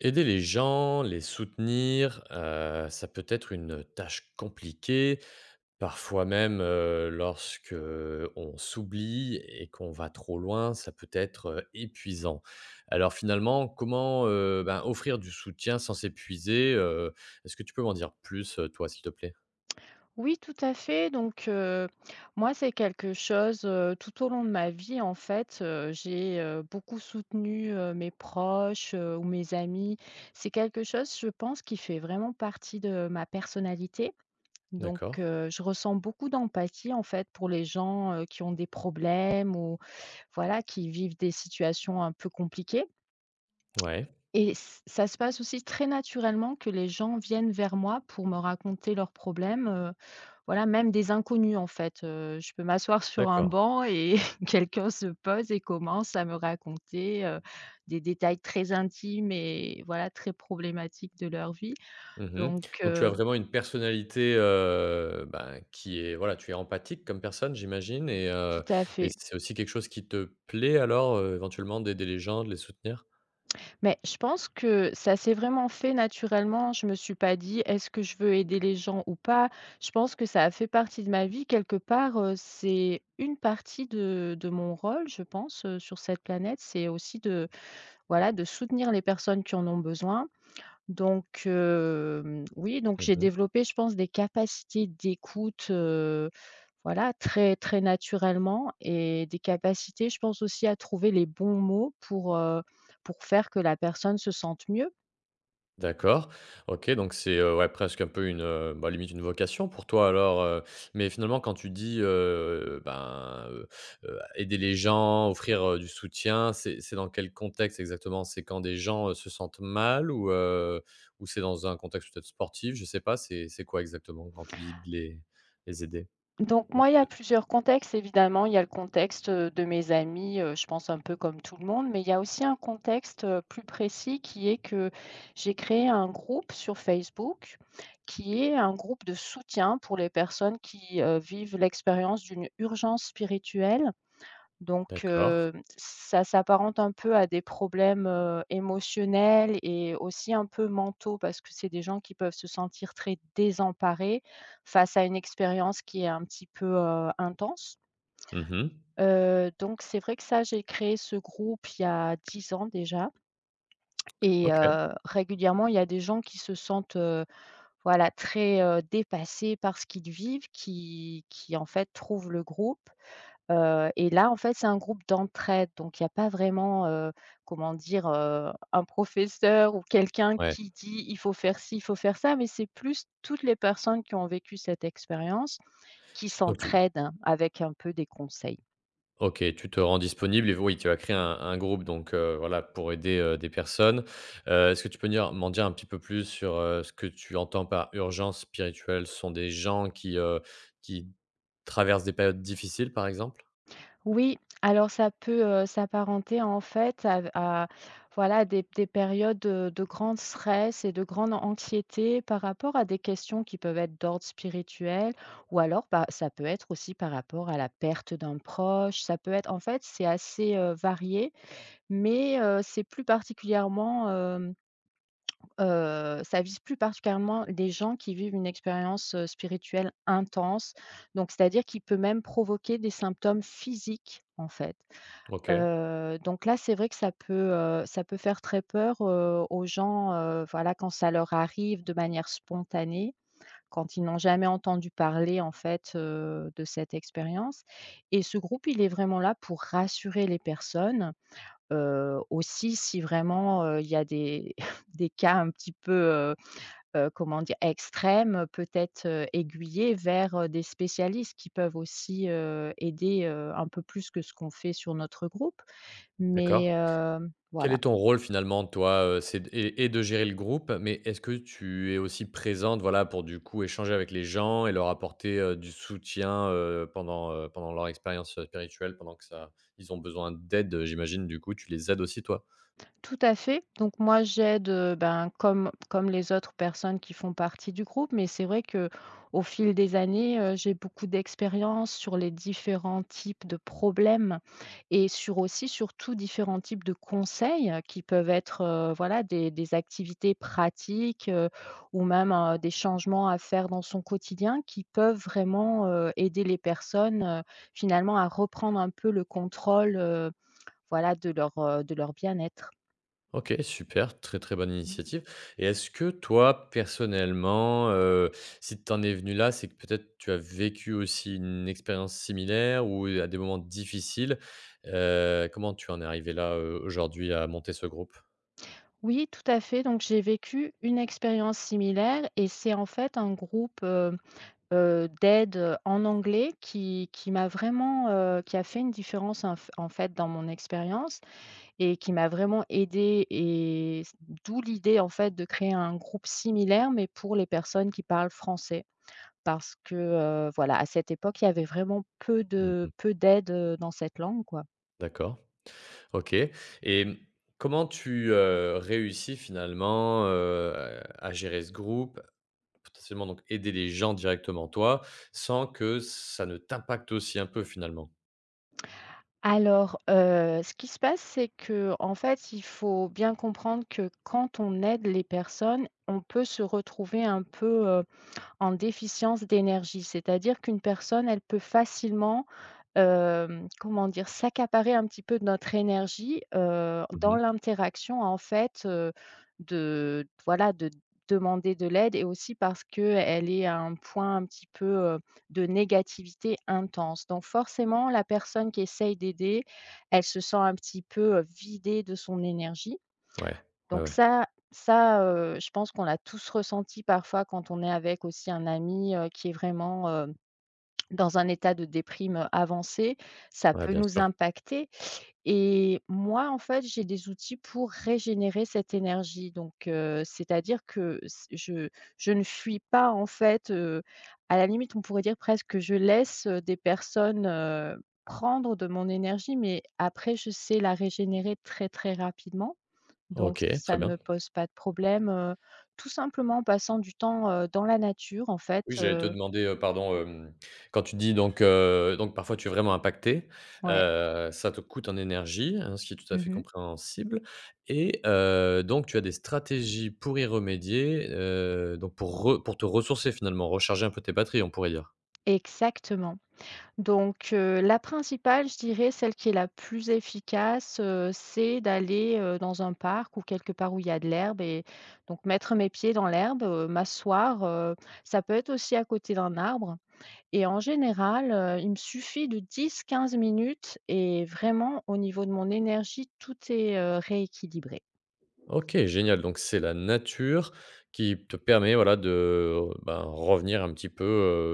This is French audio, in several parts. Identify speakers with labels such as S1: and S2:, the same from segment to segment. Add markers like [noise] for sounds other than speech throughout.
S1: Aider les gens, les soutenir, ça peut être une tâche compliquée, parfois même, lorsque on s'oublie et qu'on va trop loin, ça peut être, épuisant. Alors finalement, comment, offrir du soutien sans s'épuiser? Est-ce que tu peux m'en dire plus, toi, s'il te plaît?
S2: Oui, tout à fait. Donc, moi, c'est quelque chose, tout au long de ma vie, en fait, j'ai, beaucoup soutenu, mes proches, ou mes amis. C'est quelque chose, je pense, qui fait vraiment partie de ma personnalité. Donc,
S1: D'accord.
S2: je ressens beaucoup d'empathie, en fait, pour les gens, qui ont des problèmes ou voilà, qui vivent des situations un peu compliquées
S1: Ouais.
S2: et ç ça se passe aussi très naturellement que les gens viennent vers moi pour me raconter leurs problèmes, voilà, même des inconnus, en fait, je peux m'asseoir [laughs] sur un
S1: D'accord.
S2: banc et [laughs] quelqu'un se pose et commence à me raconter, des détails très intimes et voilà, très problématiques de leur vie.
S1: Mmh.
S2: Donc
S1: Donc tu as
S2: heu,
S1: vraiment une personnalité, qui est voilà, tu es empathique comme personne, j'imagine, et
S2: Tout
S1: heu
S2: à
S1: et
S2: fait.
S1: c'est aussi quelque chose qui te plaît alors, éventuellement d'aider les gens, de les soutenir?
S2: Mais je pense que ça s'est vraiment fait naturellement. Je me suis pas dit: «Est-ce que je veux aider les gens ou pas?» Je pense que ça a fait partie de ma vie quelque part, c'est une partie de mon rôle, je pense, sur cette planète, c'est aussi de voilà, de soutenir les personnes qui en ont besoin. Donc, oui, donc j'ai
S1: Mmh.
S2: développé, je pense, des capacités d'écoute, voilà, très très naturellement et des capacités, je pense aussi à trouver les bons mots pour faire que la personne se sente mieux.
S1: D'accord. OK, donc c'est, ouais, presque un peu une, limite une vocation pour toi alors, mais finalement quand tu dis, aider les gens, offrir, du soutien, c'est dans quel contexte exactement? C'est quand des gens, se sentent mal ou c'est dans un contexte peut-être sportif? Je sais pas, c'est quoi exactement quand tu dis de les aider?
S2: Donc
S1: Donc,
S2: moi, il y a
S1: c'est-
S2: plusieurs contextes, évidemment. Il y a le contexte, de mes amis, je pense un peu comme tout le monde, mais il y a aussi un contexte, plus précis qui est que j'ai créé un groupe sur Facebook, qui est un groupe de soutien pour les personnes qui, vivent l'expérience d'une urgence spirituelle. Donc,
S1: D'accord.
S2: ça s'apparente un peu à des problèmes, émotionnels et aussi un peu mentaux parce que c'est des gens qui peuvent se sentir très désemparés face à une expérience qui est un petit peu, intense.
S1: Mmh.
S2: Donc c'est vrai que ça, j'ai créé ce groupe il y a 10 ans déjà et
S1: OK,
S2: régulièrement, il y a des gens qui se sentent, voilà, très, dépassés par ce qu'ils vivent, qui en fait trouvent le groupe. Et là, en fait, c'est un groupe d'entraide, donc il n'y a pas vraiment, comment dire? Un professeur ou quelqu'un
S1: ouais.
S2: qui dit: «Il faut faire ci, il faut faire ça», mais c'est plus toutes les personnes qui ont vécu cette expérience qui
S1: Donc tu
S2: s'entraident avec un peu des conseils.
S1: OK, tu te rends disponible et oui, tu vas créer un groupe donc voilà pour aider, des personnes. Est-ce que tu peux dire m'en dire un petit peu plus sur, ce que tu entends par urgence spirituelle? Ce sont des gens qui, qui traversent des périodes difficiles, par exemple?
S2: Oui, alors ça peut, s'apparenter en fait à voilà des périodes, de grand stress et de grande anxiété par rapport à des questions qui peuvent être d'ordre spirituel. Ou alors, bah, ça peut être aussi par rapport à la perte d'un proche. Ça peut être en fait, c'est assez, varié, mais, c'est plus particulièrement, ça vise plus particulièrement les gens qui vivent une expérience, spirituelle intense. Donc c'est-à-dire qu'il peut même provoquer des symptômes physiques, en fait.
S1: OK,
S2: Donc là, c'est vrai que ça peut faire très peur, aux gens, voilà, quand ça leur arrive de manière spontanée, quand ils n'ont jamais entendu parler, en fait, de cette expérience. Et ce groupe, il est vraiment là pour rassurer les personnes, aussi si vraiment, il y a des [laughs] des cas un petit peu, comment dire? Extrêmes, peut-être, aiguiller vers, des spécialistes qui peuvent aussi, aider, un peu plus que ce qu'on fait sur notre groupe.
S1: d'accord.
S2: Mais
S1: Quel est
S2: voilà.
S1: ton rôle finalement, toi? C'est d et de gérer le groupe, mais est-ce que tu es aussi présente, voilà, pour du coup échanger avec les gens et leur apporter, du soutien, pendant leur expérience, spirituelle, pendant que ça ils ont besoin d'aide, j'imagine, du coup, tu les aides aussi toi?
S2: Tout à fait. Donc moi j'aide, ben, comme les autres personnes qui font partie du groupe, mais c'est vrai que au fil des années, j'ai beaucoup d'expérience sur les différents types de problèmes et sur aussi, surtout, différents types de conseils qui peuvent être, voilà, des activités pratiques, ou même, des changements à faire dans son quotidien qui peuvent vraiment, aider les personnes, finalement à reprendre un peu le contrôle, voilà, de leur bien-être.
S1: OK, super, très, très bonne initiative, et est-ce que toi, personnellement, si tu en es venu là, c'est que peut-être tu as vécu aussi une expérience similaire ou à des moments difficiles? Comment tu en es arrivé là, aujourd'hui à monter ce groupe?
S2: Oui, tout à fait, donc j'ai vécu une expérience similaire et c'est en fait un groupe, d'aide, en anglais qui m'a vraiment, qui a fait une différence en fait dans mon expérience et qui m'a vraiment aidée et s d'où l'idée en fait de créer un groupe similaire, mais pour les personnes qui parlent français. Parce que, voilà, à cette époque, il y avait vraiment peu de
S1: Mmh.
S2: peu d'aide dans cette langue, quoi.
S1: D'accord, OK. Et comment tu, réussis finalement, à gérer ce groupe? Potentiellement donc aider les gens directement toi, sans que ça ne t'impacte aussi un peu finalement?
S2: Alors, ce qui se passe, c'est que, en fait, il faut bien comprendre que quand on aide les personnes, on peut se retrouver un peu, en déficience d'énergie. C'est-à-dire qu'une personne, elle peut facilement, comment dire? S'accaparer un petit peu de notre énergie, dans
S1: Mmh.
S2: l'interaction en fait, de voilà, de demander de l'aide et aussi parce qu'elle est à un point un petit peu, de négativité intense. Donc forcément, la personne qui essaye d'aider, elle se sent un petit peu, vidée de son énergie.
S1: Ouais, ouais,
S2: Donc
S1: ouais.
S2: ça, je pense qu'on l'a tous ressenti parfois quand on est avec aussi un ami, qui est vraiment, dans un état de déprime, avancé. Ça
S1: Ouais,
S2: peut
S1: bien
S2: nous
S1: sûr.
S2: impacter et moi, en fait, j'ai des outils pour régénérer cette énergie. Donc c'est-à-dire que s je ne fuis pas, en fait, à la limite, on pourrait dire presque que je laisse, des personnes, prendre de mon énergie mais après je sais la régénérer très, très rapidement. Donc
S1: OK,
S2: ça
S1: très
S2: ne
S1: bien.
S2: me pose pas de problème, tout simplement en passant du temps, dans la nature en fait,
S1: Oui, j'allais te demander, pardon, quand tu dis donc parfois tu es vraiment impacté,
S2: ouais.
S1: ça te coûte en énergie, hein, ce qui est tout à fait
S2: Mmh.
S1: compréhensible, et donc tu as des stratégies pour y remédier, donc pour te ressourcer finalement, recharger un peu tes batteries, on pourrait dire.
S2: Exactement. Donc la principale, je dirais celle qui est la plus efficace, c'est d'aller, dans un parc ou quelque part où il y a de l'herbe et donc mettre mes pieds dans l'herbe, m'asseoir, ça peut être aussi à côté d'un arbre et en général, il me suffit de 10, 15 minutes et vraiment au niveau de mon énergie, tout est, rééquilibré.
S1: OK, génial, donc c'est la nature qui te permet, voilà, de, ben, revenir un petit peu,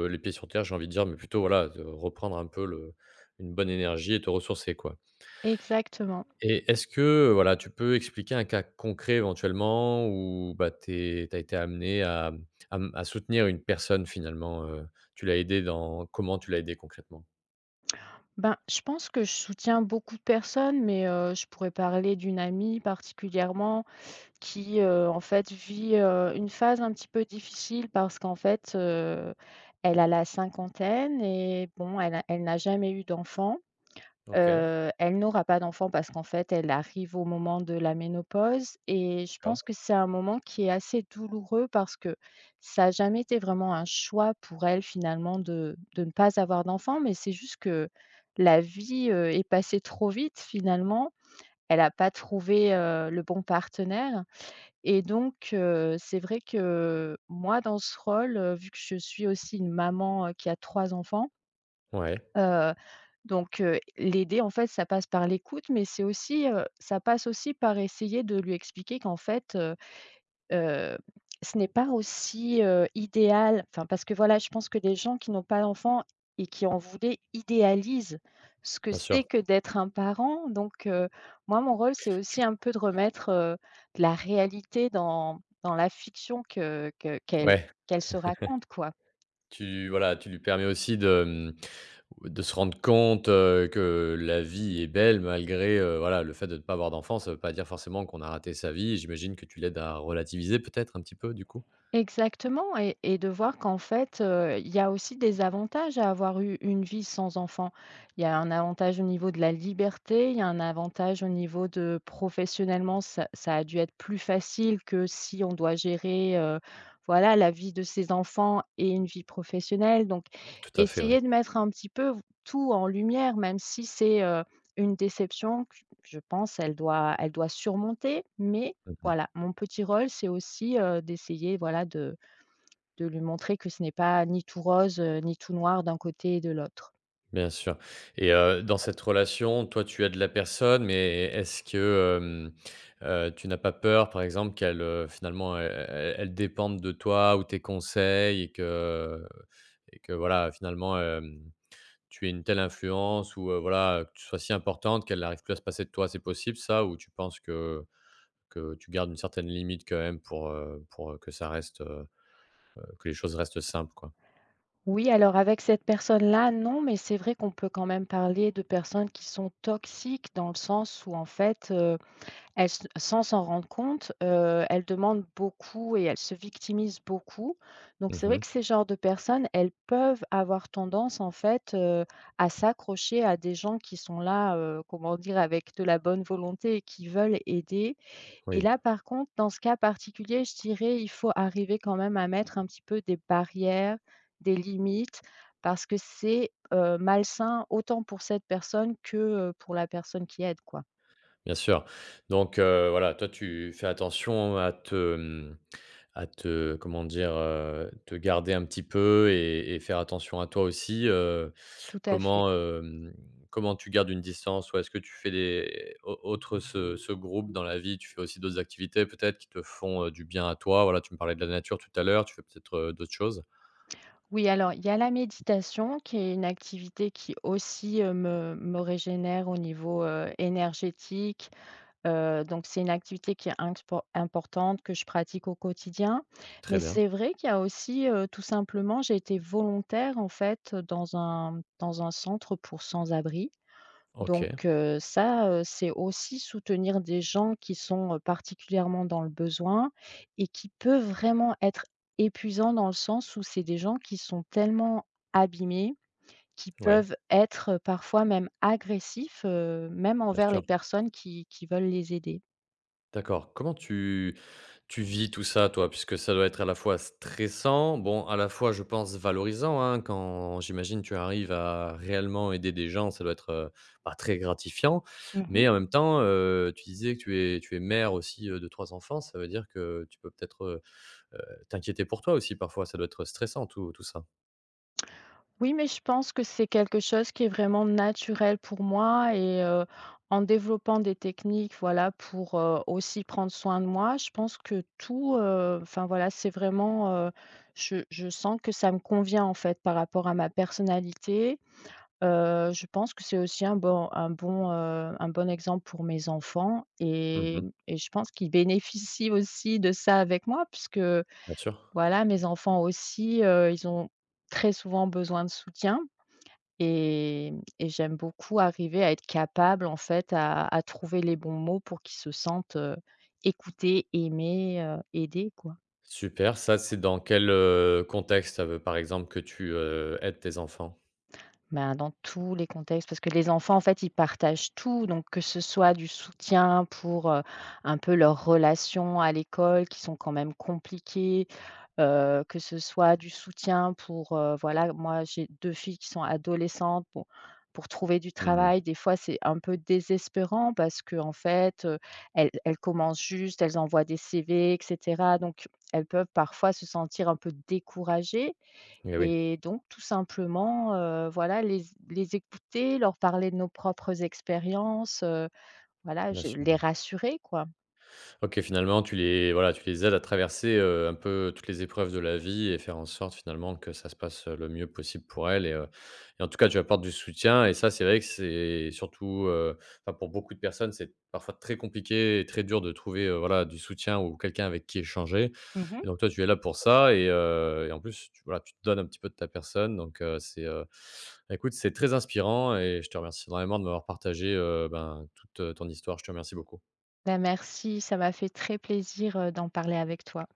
S1: les pieds sur terre, j'ai envie de dire, mais plutôt, voilà, de reprendre un peu le une bonne énergie et te ressourcer, quoi.
S2: Exactement.
S1: Et est-ce que, voilà, tu peux expliquer un cas concret éventuellement où, bah, tu as été amené à, à soutenir une personne finalement, tu l'as aidé dans comment tu l'as aidé concrètement?
S2: Ben, je pense que je soutiens beaucoup de personnes, mais je pourrais parler d'une amie particulièrement qui, en fait, vit, une phase un petit peu difficile parce qu'en fait, elle a la cinquantaine et bon, elle n'a jamais eu d'enfant.
S1: OK,
S2: Elle n'aura pas d'enfant parce qu'en fait, elle arrive au moment de la ménopause et je
S1: d'accord.
S2: pense que c'est un moment qui est assez douloureux parce que ça n'a jamais été vraiment un choix pour elle finalement de ne pas avoir d'enfant, mais c'est juste que la vie, est passée trop vite finalement. Elle a pas trouvé, le bon partenaire et donc c'est vrai que moi dans ce rôle, vu que je suis aussi une maman, qui a 3 enfants,
S1: Ouais,
S2: heu donc l'aider en fait, ça passe par l'écoute, mais c'est aussi, ça passe aussi par essayer de lui expliquer qu'en fait, heu, ce n'est pas aussi, idéal enfin parce que voilà, je pense que les gens qui n'ont pas d'enfants et qui en voulaient idéalisent ce que
S1: bien
S2: c'est
S1: sûr.
S2: que d'être un parent. Donc moi mon rôle, c'est aussi un peu de remettre, de la réalité dans la fiction que que qu'elle
S1: Ouais,
S2: qu'elle se raconte, quoi.
S1: tu voilà, tu lui permets aussi de, de se rendre compte, que la vie est belle malgré, voilà, le fait de ne pas avoir d'enfant, ça veut pas dire forcément qu'on a raté sa vie. J'imagine que tu l'aides à relativiser peut-être un petit peu du coup?
S2: Exactement et de voir qu'en fait, il y a aussi des avantages à avoir eu une vie sans enfant. Il y a un avantage au niveau de la liberté, il y a un avantage au niveau de professionnellement, ça a dû être plus facile que si on doit gérer, voilà, la vie de ses enfants et une vie professionnelle donc
S1: Tout à fait, ouais.
S2: essayer de mettre un petit peu tout en lumière, même si c'est, une déception que je pense elle doit surmonter mais
S1: Mmh.
S2: voilà, mon petit rôle, c'est aussi, d'essayer, voilà, de lui montrer que ce n'est pas ni tout rose, ni tout noir d'un côté et de l'autre.
S1: Bien sûr. Et dans cette relation, toi, tu aides la personne, mais est-ce que, tu n'as pas peur, par exemple, qu'elle, finalement, elle dépende de toi ou tes conseils, et que voilà, finalement, tu aies une telle influence ou voilà, que tu sois si importante qu'elle arrive plus à se passer de toi, c'est possible ça? Ou tu penses que tu gardes une certaine limite quand même pour, que ça reste, que les choses restent simples, quoi?
S2: Oui, alors avec cette personne-là, non, mais c'est vrai qu'on peut quand même parler de personnes qui sont toxiques dans le sens où en fait, Elles s sans s'en rendre compte, elles demandent beaucoup et elles se victimisent beaucoup. Donc c'est vrai
S1: Mmh.
S2: que ces genres de personnes, elles peuvent avoir tendance en fait, à s'accrocher à des gens qui sont là, comment dire? Avec de la bonne volonté et qui veulent aider. Et
S1: Oui.
S2: là par contre, dans ce cas particulier, je dirais, il faut arriver quand même à mettre un petit peu des barrières, des limites, parce que c'est, malsain autant pour cette personne que, pour la personne qui aide quoi.
S1: Bien sûr. Donc, voilà, toi, tu fais attention à te, comment dire? Te garder un petit peu et faire attention à toi aussi,
S2: Tout à fait.
S1: comment, comment tu gardes une distance? Ou est-ce que tu fais des au autre ce ce groupe dans la vie, tu fais aussi d'autres activités peut-être qui te font, du bien à toi? Voilà, tu me parlais de la nature tout à l'heure, tu fais peut-être, d'autres choses?
S2: Oui, alors il y a la méditation qui est une activité qui aussi me régénère au niveau énergétique. Donc c'est une activité qui est importante que je pratique au quotidien.
S1: Très
S2: Mais
S1: bien.
S2: c'est vrai qu'il y a aussi tout simplement, j'ai été volontaire en fait dans un centre pour sans-abri.
S1: OK.
S2: Donc ça, c'est aussi soutenir des gens qui sont, particulièrement dans le besoin et qui peut vraiment être épuisant dans le sens où c'est des gens qui sont tellement abîmés, qui
S1: Ouais,
S2: peuvent être, parfois même agressifs, même
S1: bien
S2: envers les
S1: sûr.
S2: personnes qui veulent les aider.
S1: D'accord. Comment tu vis tout ça, toi? Puisque ça doit être à la fois stressant, bon, à la fois, je pense, valorisant, hein, quand j'imagine tu arrives à réellement aider des gens, ça doit être, bah, très gratifiant.
S2: Mmh.
S1: Mais en même temps, tu disais que tu es mère aussi, de 3 enfants, ça veut dire que tu peux peut-être, heu, t'inquiéter pour toi aussi parfois, ça doit être stressant tout ça?
S2: Oui, mais je pense que c'est quelque chose qui est vraiment naturel pour moi et en développant des techniques, voilà, pour, aussi prendre soin de moi, je pense que tout, enfin, voilà, c'est vraiment, je sens que ça me convient, en fait, par rapport à ma personnalité. Je pense que c'est aussi un bon exemple pour mes enfants et
S1: Mmh.
S2: je pense qu'ils bénéficient aussi de ça avec moi puisque,
S1: Bien sûr.
S2: voilà, mes enfants aussi, ils ont très souvent besoin de soutien. Et et j'aime beaucoup arriver à être capable, en fait, à trouver les bons mots pour qu'ils se sentent, écoutés, aimés, aidés, quoi.
S1: Super, ça, c'est dans quel, contexte, par exemple, que tu, aides tes enfants?
S2: Ben, dans tous les contextes, parce que les enfants, en fait, ils partagent tout, donc que ce soit du soutien pour, un peu leurs relations à l'école qui sont quand même compliquées, que ce soit du soutien pour, voilà, moi j'ai 2 filles qui sont adolescentes, bon, pour trouver du
S1: Mmh mh.
S2: travail, des fois c'est un peu désespérant parce que en fait, elles commencent juste, elles envoient des CV et cetera, donc elles peuvent parfois se sentir un peu découragées
S1: Eh oui,
S2: et donc tout simplement, voilà, les écouter, leur parler de nos propres expériences, voilà,
S1: bien
S2: je
S1: sûr.
S2: les rassurer, quoi.
S1: OK, finalement, tu les voilà, tu les aides à traverser, un peu toutes les épreuves de la vie et faire en sorte finalement que ça se passe, le mieux possible pour elles, et en tout cas, tu apportes du soutien et ça, c'est vrai que c'est surtout, enfin, pour beaucoup de personnes, c'est parfois très compliqué et très dur de trouver, voilà, du soutien ou quelqu'un avec qui échanger
S2: Mmh.
S1: et donc toi, tu es là pour ça, et en plus, tu voilà, tu te donnes un petit peu de ta personne donc écoute, c'est très inspirant et je te remercie vraiment de m'avoir partagé, toute, ton histoire. Je te remercie beaucoup.
S2: Ben, merci, ça m'a fait très plaisir, d'en parler avec toi.